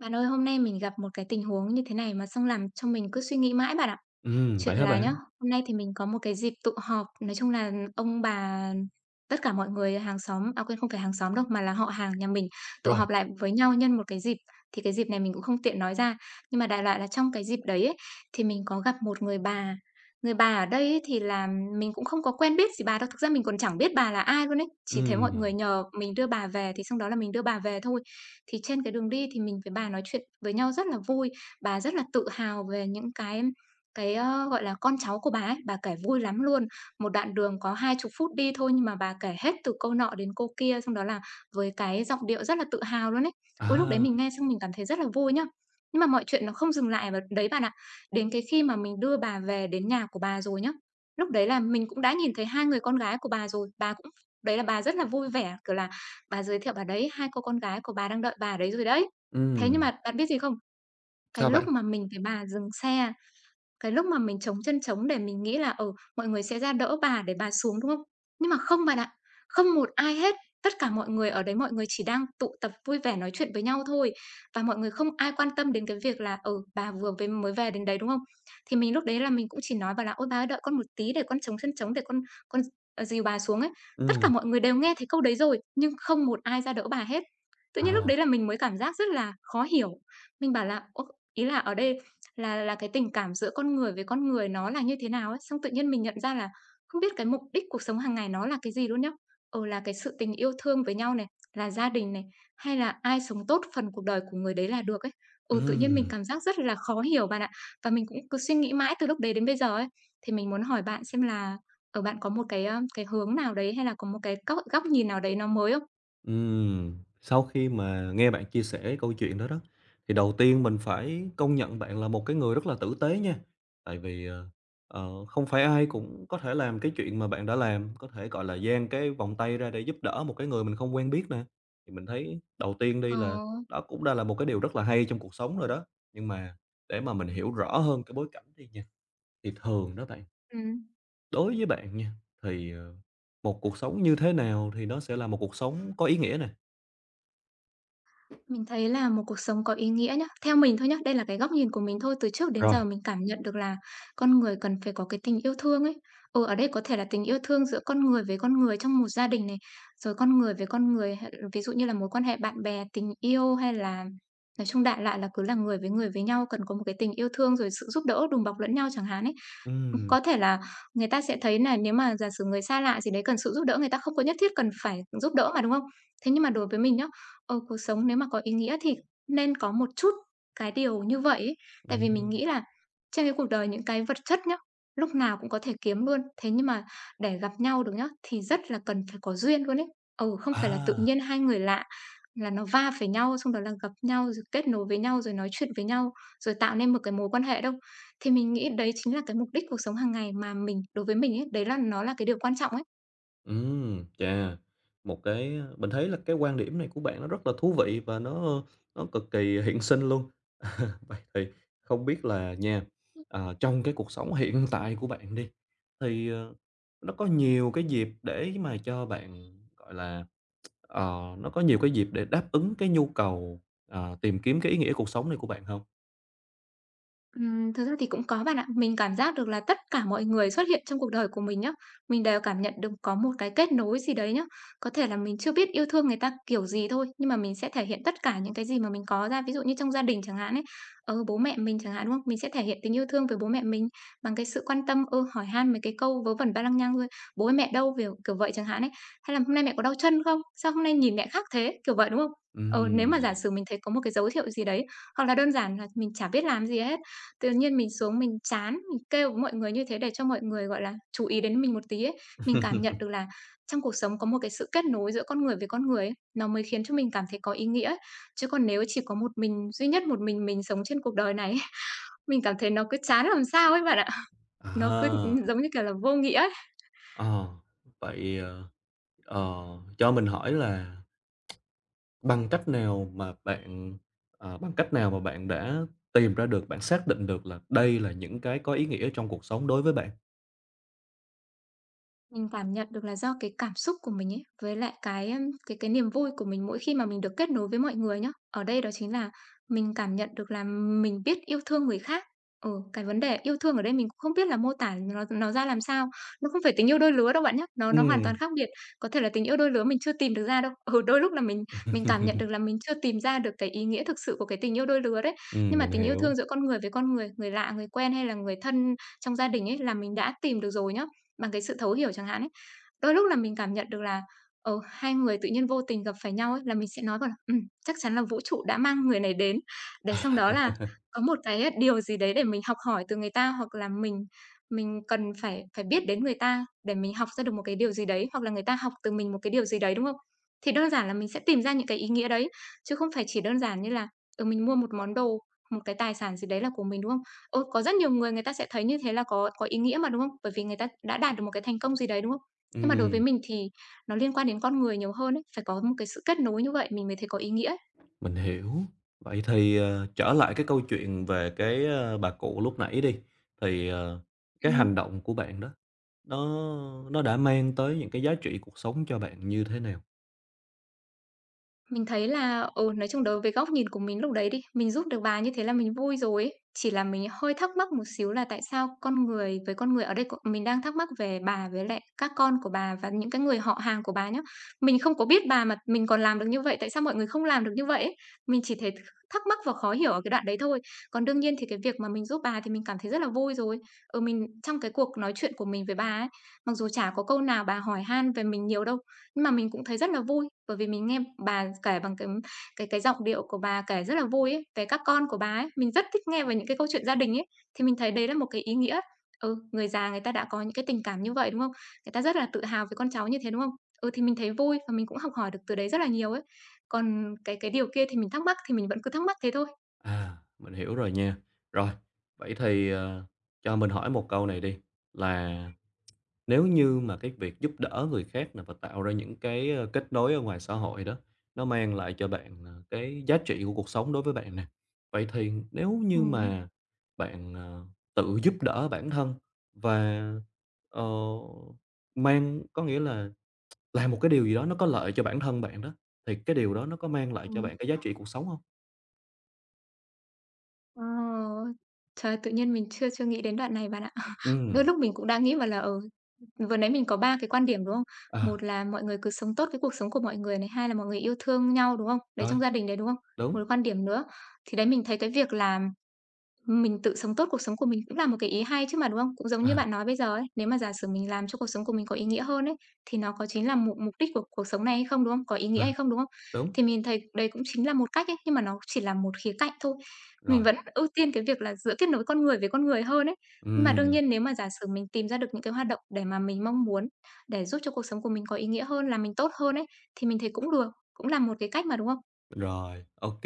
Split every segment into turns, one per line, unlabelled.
Bạn ơi, hôm nay mình gặp một cái tình huống như thế này mà xong làm cho mình cứ suy nghĩ mãi bạn ạ.
Vậy
Chuyện
hả
là nhá,
bạn?
hôm nay thì mình có một cái dịp tụ họp, nói chung là ông bà tất cả mọi người hàng xóm à, quên, không phải hàng xóm đâu, mà là họ hàng nhà mình tụ
Rồi,
họp lại với nhau nhân một cái dịp. Thì cái dịp này mình cũng không tiện nói ra, nhưng mà đại loại là trong cái dịp đấy ấy, thì mình có gặp một người bà. Người bà ở đây ấy thì là mình cũng không có quen biết gì bà đâu, thực ra mình còn chẳng biết bà là ai luôn ấy, chỉ thấy mọi người
ừm,
nhờ mình đưa bà về thì xong đó là mình đưa bà về thôi. Thì trên cái đường đi thì mình với bà nói chuyện với nhau rất là vui, bà rất là tự hào về những cái gọi là, con cháu của bà ấy, bà kể vui lắm luôn. Một đoạn đường có 20 phút đi thôi nhưng mà bà kể hết từ câu nọ đến cô kia, xong đó là với cái giọng điệu rất là tự hào luôn ấy. Ôi, lúc đấy
à,
mình nghe xong mình cảm thấy rất là vui nhá. Nhưng mà mọi chuyện nó không dừng lại ở đấy bạn ạ. Đến cái khi mà mình đưa bà về đến nhà của bà rồi nhá, lúc đấy là mình cũng đã nhìn thấy 2 người con gái của bà rồi, bà cũng đấy là bà rất là vui vẻ, kiểu là, bà giới thiệu bà "Đấy, 2 cô con gái của bà đang đợi bà đấy rồi đấy." Thế nhưng
ừm,
mà bạn biết gì không? Cái
sao
lúc
bạn?
mà mình với bà dừng xe cái lúc mà mình chống chân chống để mình nghĩ là, ừ, mọi người sẽ ra đỡ bà để bà xuống, đúng không? Nhưng mà không bạn ạ, không một ai hết. Tất cả mọi người ở đấy mọi người chỉ đang tụ tập vui vẻ nói chuyện với nhau thôi, và mọi người không ai quan tâm đến cái việc là, ừ, bà vừa về mới về đến đấy, đúng không? Thì mình lúc đấy là mình cũng chỉ nói bà là "Ôi, bà ơi, đợi con một tí để con chống chân chống để con con d dìu bà xuống" ấy. Tất cả
Ừm,
mọi người đều nghe thấy câu đấy rồi, nhưng không một ai ra đỡ bà hết. Tự nhiên lúc
ờ,
đấy là mình mới cảm giác rất là khó hiểu. Mình bảo là "Ô" ý là ở đây là cái tình cảm giữa con người với con người nó là như thế nào ấy. Xong tự nhiên mình nhận ra là không biết cái mục đích cuộc sống hàng ngày nó là cái gì luôn nhá. Ừ, là cái sự tình yêu thương với nhau này, là gia đình này, hay là ai sống tốt phần cuộc đời của người đấy là được ấy. Ừ, tự nhiên mình
ừm,
cảm giác rất là khó hiểu bạn ạ. Và mình cũng cứ suy nghĩ mãi từ lúc đấy đến bây giờ ấy. Thì mình muốn hỏi bạn xem là, ở bạn có một cái hướng nào đấy hay là có một cái góc góc nhìn nào đấy nó mới không?
Sau khi mà nghe bạn chia sẻ cái câu chuyện đó đó, thì đầu tiên mình phải công nhận bạn là một cái người rất là tử tế nha. Tại vì, không phải ai cũng có thể làm cái chuyện mà bạn đã làm, có thể, gọi là, dang cái vòng tay ra để giúp đỡ một cái người mình không quen biết nè. Thì mình thấy đầu tiên đi
Ờ,
là đó cũng đã là một cái điều rất là hay trong cuộc sống rồi đó. Nhưng mà để mà mình hiểu rõ hơn cái bối cảnh đi nha, thì thường đó bạn,
ừm.
đối với bạn nha, thì, một cuộc sống như thế nào thì nó sẽ là một cuộc sống có ý nghĩa nè?
Mình thấy là một cuộc sống có ý nghĩa nhá. Theo mình thôi nhá, đây là cái góc nhìn của mình thôi, từ trước đến giờ
Rồi.
mình cảm nhận được là con người cần phải có cái tình yêu thương ấy. Ừ, ở đây có thể là tình yêu thương giữa con người với con người trong một gia đình này, rồi con người với con người, hay- ví dụ như là mối quan hệ bạn bè, tình yêu hay là nói chung đại loại là cứ là người với nhau cần có một cái tình yêu thương rồi sự giúp đỡ đùm bọc lẫn nhau chẳng hạn ấy.
Ừm,
Có thể là người ta sẽ thấy nà nếu mà giả sử người xa lạ gì đấy cần sự giúp đỡ, người ta không có nhất thiết cần phải giúp đỡ mà, đúng không? Thế nhưng mà đối với mình nhá, ờ, cuộc sống nếu mà có ý nghĩa thì nên có một chút cái điều như vậy ấy. Tại vì mình
ừm.
nghĩ là trên cái cuộc đời những cái vật chất nhá, lúc nào cũng có thể kiếm luôn, thế nhưng mà để gặp nhau được nhá, thì rất là cần phải có duyên luôn ấy. Ừ, không phải là tự
À!
nhiên hai người lạ là nó va phải nhau, xong đó là gặp nhau, rồi kết nối với nhau, rồi nói chuyện với nhau, rồi tạo nên một cái mối quan hệ đâu. Thì mình nghĩ đấy chính là cái mục đích cuộc sống hàng ngày mà mình đối với mình ấy, đấy là nó là cái điều quan trọng ấy.
Chà, một cái mình thấy là cái quan điểm này của bạn nó rất là thú vị và nó cực kỳ hiện sinh luôn. Vậy thì không biết là nha, trong cái cuộc sống hiện tại của bạn đi, thì, nó có nhiều cái dịp để mà cho bạn, gọi là. Nó có nhiều cái dịp để đáp ứng cái nhu cầu, tìm kiếm cái ý nghĩa cuộc sống này của bạn không?
Thực ra thì cũng có bạn ạ. Mình cảm giác được là tất cả mọi người xuất hiện trong cuộc đời của mình nhá, mình đều cảm nhận được có một cái kết nối gì đấy nhá. Có thể là mình chưa biết yêu thương người ta kiểu gì thôi, nhưng mà mình sẽ thể hiện tất cả những cái gì mà mình có ra. Ví dụ như trong gia đình chẳng hạn ấy, ờ, bố mẹ mình chẳng hạn, đúng không? Mình sẽ thể hiện tình yêu thương với bố mẹ mình bằng cái sự quan tâm, ừ, hỏi han mấy cái câu vớ vẩn ba lăng nhăng thôi. "Bố ơi, mẹ đâu?" Kiểu kiểu vậy chẳng hạn ấy. Hay là "Hôm nay mẹ có đau chân không? Sao hôm nay nhìn mẹ khác thế?" Kiểu vậy, đúng không? Ờ, nếu mà
Ừm.
giả sử mình thấy có một cái dấu hiệu gì đấy, hoặc là đơn giản là mình chả biết làm gì hết. Tự nhiên mình xuống mình chán, mình kêu với mọi người như thế để cho mọi người, gọi là, chú ý đến mình một tí ấy. Mình cảm nhận được là trong cuộc sống có một cái sự kết nối giữa con người với con người ấy, nó mới khiến cho mình cảm thấy có ý nghĩa ấy. Chứ còn nếu chỉ có một mình, duy nhất một mình sống trên cuộc đời này ấy, mình cảm thấy nó cứ chán làm sao ấy bạn ạ. Nó cứ,
À,
ừm, giống như kiểu là, vô nghĩa.
ờ, vậy, ờ, cho mình hỏi là bằng cách nào mà bạn, đã tìm ra được, bạn xác định được là đây là những cái có ý nghĩa trong cuộc sống đối với bạn?
Mình cảm nhận được là do cái cảm xúc của mình ấy, với lại cái, ưm, cái niềm vui của mình mỗi khi mà mình được kết nối với mọi người nhá. Ở đây đó chính là mình cảm nhận được là mình biết yêu thương người khác. Ừ, cái vấn đề yêu thương ở đây mình cũng không biết là mô tả nó ra làm sao, nó không phải tình yêu đôi lứa đâu bạn nhé. Nó hoàn toàn
Ừm.
khác biệt. Có thể là tình yêu đôi lứa mình chưa tìm được ra đâu. Ừ, đôi lúc là mình cảm nhận được
Ừm,
là mình chưa tìm ra được cái ý nghĩa thực sự của cái tình yêu đôi lứa đấy. Nhưng mà
mình
tình yêu
hiểu.
thương giữa con người với con người, người lạ, người quen hay là người thân trong gia đình ấy là mình đã tìm được rồi nhá bằng cái sự thấu hiểu chẳng hạn ấy. Đôi lúc là mình cảm nhận được là, ờ, hai người tự nhiên vô tình gặp phải nhau ấy, là mình sẽ nói bảo là chắc chắn là vũ trụ đã mang người này đến." Để xong đó là có một cái điều gì đấy để mình học hỏi từ người ta, hoặc là mình cần phải phải biết đến người ta để mình học ra được một cái điều gì đấy, hoặc là người ta học từ mình một cái điều gì đấy, đúng không? Thì đơn giản là mình sẽ tìm ra những cái ý nghĩa đấy, chứ không phải chỉ đơn giản như là, ừ, mình mua một món đồ, một cái tài sản gì đấy là của mình, đúng không? Ôi, có rất nhiều người người ta sẽ thấy như thế là có ý nghĩa mà, đúng không? Bởi vì người ta đã đạt được một cái thành công gì đấy, đúng không? Nhưng mà đối với
Ừm.
mình thì nó liên quan đến con người nhiều hơn ấy, phải có một cái sự kết nối như vậy mình mới thấy có ý nghĩa.
Mình hiểu. Vậy thì, trở lại cái câu chuyện về cái, bà cụ lúc nãy đi, thì, cái
Ừm.
hành động của bạn đó, nó nó đã mang tới những cái giá trị cuộc sống cho bạn như thế nào?
Mình thấy là, ừ, nói chung đối với góc nhìn của mình lúc đấy đi, mình giúp được bà như thế là mình vui rồi ấy. Chỉ là mình hơi thắc mắc một xíu là tại sao con người với con người ở đây mình đang thắc mắc về bà với lại các con của bà và những cái người họ hàng của bà nhá. Mình không có biết bà mà mình còn làm được như vậy, tại sao mọi người không làm được như vậy ấy? Mình chỉ thấy thắc mắc và khó hiểu ở cái đoạn đấy thôi. Còn đương nhiên thì cái việc mà mình giúp bà thì mình cảm thấy rất là vui rồi. Ừ, mình trong cái cuộc nói chuyện của mình với bà ấy, mặc dù chả có câu nào bà hỏi han về mình nhiều đâu, nhưng mà mình cũng thấy rất là vui. Bởi vì mình nghe bà kể bằng cái giọng điệu của bà kể rất là vui ấy, về các con của bà ấy, mình rất thích nghe về những cái câu chuyện gia đình ấy, thì mình thấy đấy là một cái ý nghĩa. Ừ, người già người ta đã có những cái tình cảm như vậy, đúng không? Người ta rất là tự hào với con cháu như thế, đúng không? Ừ, thì mình thấy vui và mình cũng học hỏi được từ đấy rất là nhiều ấy. Còn cái điều kia thì mình thắc mắc thì mình vẫn cứ thắc mắc thế thôi.
À, mình hiểu rồi nha. Rồi, vậy thì, cho mình hỏi một câu này đi, là nếu như mà cái việc giúp đỡ người khác nè và tạo ra những cái, kết nối ở ngoài xã hội đó, nó mang lại cho bạn, cái giá trị của cuộc sống đối với bạn nè. Vậy thì nếu như
Ừm,
mà bạn, tự giúp đỡ bản thân và, ờ, mang có nghĩa là làm một cái điều gì đó nó có lợi cho bản thân bạn đó, thì cái điều đó nó có mang lại cho
ừm.
bạn cái giá trị cuộc sống không?
Ờ, Trời, tự nhiên mình chưa chưa nghĩ đến đoạn này bạn ạ. Đôi
Ừ,
lúc mình cũng đang nghĩ mà là, ừ, vừa nãy mình có 3 cái quan điểm, đúng không?
à,
Một là mọi người cứ sống tốt cái cuộc sống của mọi người này, hai là mọi người yêu thương nhau, đúng không? Đấy,
rồi,
trong gia đình đấy, đúng không? Một
đúng,
quan điểm nữa. Thì đấy, mình thấy cái việc là mình tự sống tốt cuộc sống của mình cũng là một cái ý hay chứ mà, đúng không? Cũng giống như
à,
bạn nói bây giờ ấy, nếu mà giả sử mình làm cho cuộc sống của mình có ý nghĩa hơn ấy, thì nó có chính là mục mục đích của cuộc sống này hay không, đúng không? Có ý nghĩa hay
à,
không, đúng không?
đúng,
Thì mình thấy đấy cũng chính là một cách ấy, nhưng mà nó chỉ là một khía cạnh thôi. Mình
rồi,
vẫn ưu tiên cái việc là giữa kết nối con người với con người hơn ấy. Nhưng mà đương
ừm.
nhiên nếu mà giả sử mình tìm ra được những cái hoạt động để mà mình mong muốn, để giúp cho cuộc sống của mình có ý nghĩa hơn, là mình tốt hơn ấy, thì mình thấy cũng được, cũng là một cái cách mà, đúng không?
Rồi, OK.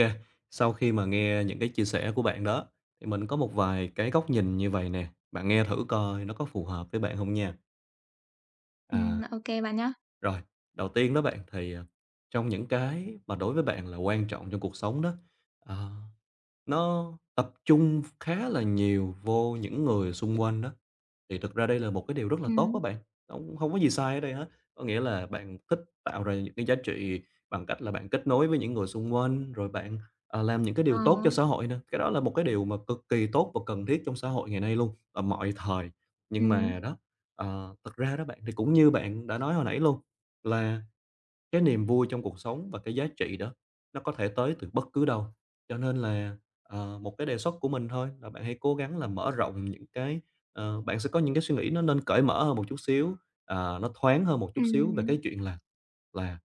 Sau khi mà nghe những cái chia sẻ của bạn đó, thì mình có một vài cái góc nhìn như vậy nè, bạn nghe thử coi nó có phù hợp với bạn không nha. À,
Ô bạn nhá.
rồi, đầu tiên đó bạn, thì, trong những cái mà đối với bạn là quan trọng trong cuộc sống đó, ờ, nó tập trung khá là nhiều vô những người xung quanh đó. Thì thực ra đây là một cái điều rất là tốt
Ừm,
các bạn, không hông có gì sai ở đây hết. Có nghĩa là bạn thích tạo ra những cái giá trị bằng cách là bạn kết nối với những người xung quanh, rồi bạn, làm những cái
ờ,
điều tốt cho xã hội nữa, cái đó là một cái điều mà cực kỳ tốt và cần thiết trong xã hội ngày nay luôn, ở mọi thời. Nhưng
ừm,
mà đó, thật ra đó bạn, thì cũng như bạn đã nói hồi nãy luôn là cái niềm vui trong cuộc sống và cái giá trị đó nó có thể tới từ bất cứ đâu. Cho nên là, một cái đề xuất của mình thôi là bạn hãy cố gắng là mở rộng những cái bạn sẽ có những cái suy nghĩ nó nên cởi mở hơn một chút xíu, nó thoáng hơn một chút xíu về cái
ừm.
chuyện là là,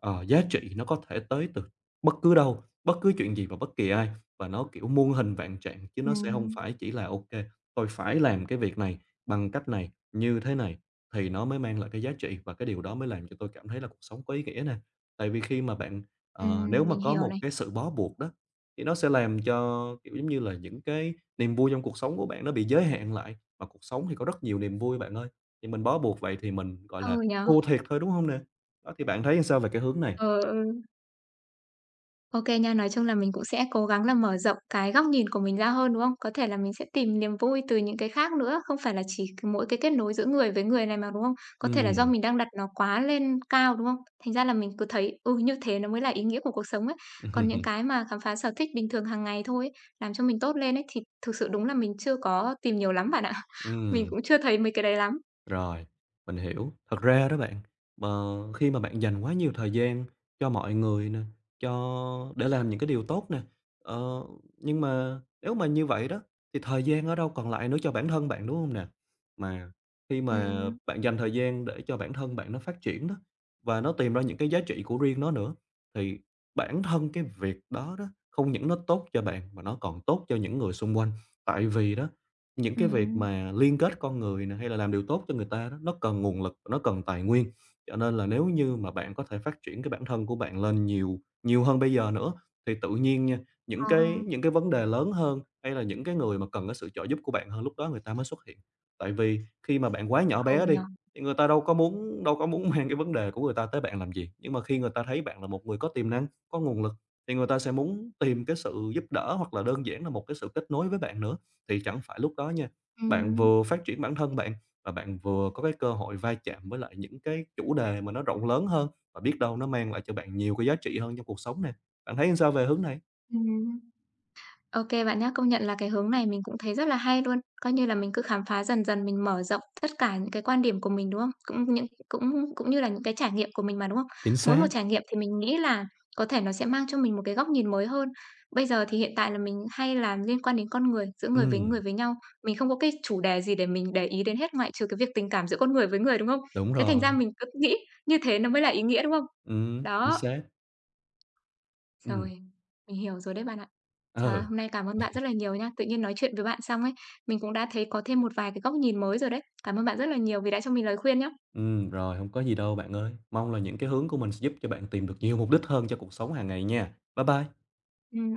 giá trị nó có thể tới từ bất cứ đâu, bất cứ chuyện gì và bất kỳ ai, và nó, kiểu, muôn hình vạn trạng chứ nó sẽ không
Ừm,
phải chỉ là ok tôi phải làm cái việc này bằng cách này, như thế này." Thì nó mới mang lại cái giá trị và cái điều đó mới làm cho tôi cảm thấy là cuộc sống có ý nghĩa nè. Tại vì khi mà bạn nếu mà
mình
có
hiểu
một
này.
cái sự bó buộc đó, thì nó sẽ làm cho, kiểu giống như là, những cái niềm vui trong cuộc sống của bạn nó bị giới hạn lại, mà cuộc sống thì có rất nhiều niềm vui bạn ơi. Thì mình bó buộc vậy thì mình, gọi là,
Ừ nhỉ?
thua thiệt thôi, đúng không nè? Đó, thì bạn thấy sao về cái hướng này?
Ừ, ừ. Ô nha, nói chung là mình cũng sẽ cố gắng là mở rộng cái góc nhìn của mình ra hơn, đúng không? Có thể là mình sẽ tìm niềm vui từ những cái khác nữa, không phải là chỉ mỗi cái kết nối giữa người với người này mà, đúng không? Có thể là do
Ừm.
mình đang đặt nó quá lên cao, đúng không? Thành ra là mình cứ thấy, ừ, như thế nó mới là ý nghĩa của cuộc sống ấy. Còn những cái mà khám phá sở thích bình thường hàng ngày thôi ấy, làm cho mình tốt lên ấy, thì thực sự đúng là mình chưa có tìm nhiều lắm bạn ạ. Mình
Ừm.
cũng chưa thấy mấy cái đấy lắm.
Rồi, mình hiểu. Thật ra đó bạn, khi mà bạn dành quá nhiều thời gian cho mọi người nè, cho để làm những cái điều tốt nè, ờ, nhưng mà nếu mà như vậy đó thì thời gian ở đâu còn lại nữa cho bản thân bạn, đúng không nè? Mà khi mà
ừ
bạn dành thời gian để cho bản thân bạn nó phát triển đó, và nó tìm ra những cái giá trị của riêng nó nữa, thì bản thân cái việc đó đó, không những nó tốt cho bạn mà nó còn tốt cho những người xung quanh. Tại vì đó, những
ừ
cái việc mà liên kết con người nè, hay là làm điều tốt cho người ta đó, nó cần nguồn lực, nó cần tài nguyên. Cho nên là nếu như mà bạn có thể phát triển cái bản thân của bạn lên nhiều nhiều hơn bây giờ nữa, thì tự nhiên nha, những
ờ,
cái những cái vấn đề lớn hơn, hay là những cái người mà cần cái sự trợ giúp của bạn hơn, lúc đó người ta mới xuất hiện. Tại vì khi mà bạn quá nhỏ
ừ
bé
nhỉ?
đi, thì người ta đâu có muốn mang cái vấn đề của người ta tới bạn làm gì. Nhưng mà khi người ta thấy bạn là một người có tiềm năng, có nguồn lực, thì người ta sẽ muốn tìm cái sự giúp đỡ, hoặc là đơn giản là một cái sự kết nối với bạn nữa thì chẳng phải lúc đó nha, bạn
Ừm,
vừa phát triển bản thân bạn và bạn vừa có cái cơ hội va chạm với lại những cái chủ đề mà nó rộng lớn hơn và biết đâu nó mang lại cho bạn nhiều cái giá trị hơn trong cuộc sống nè. Bạn thấy sao về hướng này?
ừm. Ô kê bạn nhá. Công nhận là cái hướng này mình cũng thấy rất là hay luôn. Coi như là mình cứ khám phá dần dần, mình mở rộng tất cả những cái quan điểm của mình, đúng không? Cũng như là những cái trải nghiệm của mình mà, đúng không?
Chính
Mỗi một
xác,
trải nghiệm thì mình nghĩ là có thể nó sẽ mang cho mình một cái góc nhìn mới hơn. Bây giờ thì hiện tại là mình hay làm liên quan đến con người, giữa người
ừm,
với nhau. Mình không có cái chủ đề gì để mình để ý đến hết ngoại trừ cái việc tình cảm giữa con người với người, đúng không?
đúng
Thế thành ra
rồi,
mình cứ nghĩ như thế nó mới là ý nghĩa, đúng không?
ừm. Chính
Đó.
xác, ừm,
Rồi, mình hiểu rồi đấy bạn ạ. Trời ơi,
ừ,
hôm nay cảm ơn bạn rất là nhiều nha. Tự nhiên nói chuyện với bạn xong ấy, mình cũng đã thấy có thêm một vài cái góc nhìn mới rồi đấy. Cảm ơn bạn rất là nhiều vì đã cho mình lời khuyên nhá.
ừm, rồi, không có gì đâu bạn ơi. Mong là những cái hướng của mình sẽ giúp cho bạn tìm được nhiều mục đích hơn cho cuộc sống hàng ngày nha. Bye bye.
Ừm.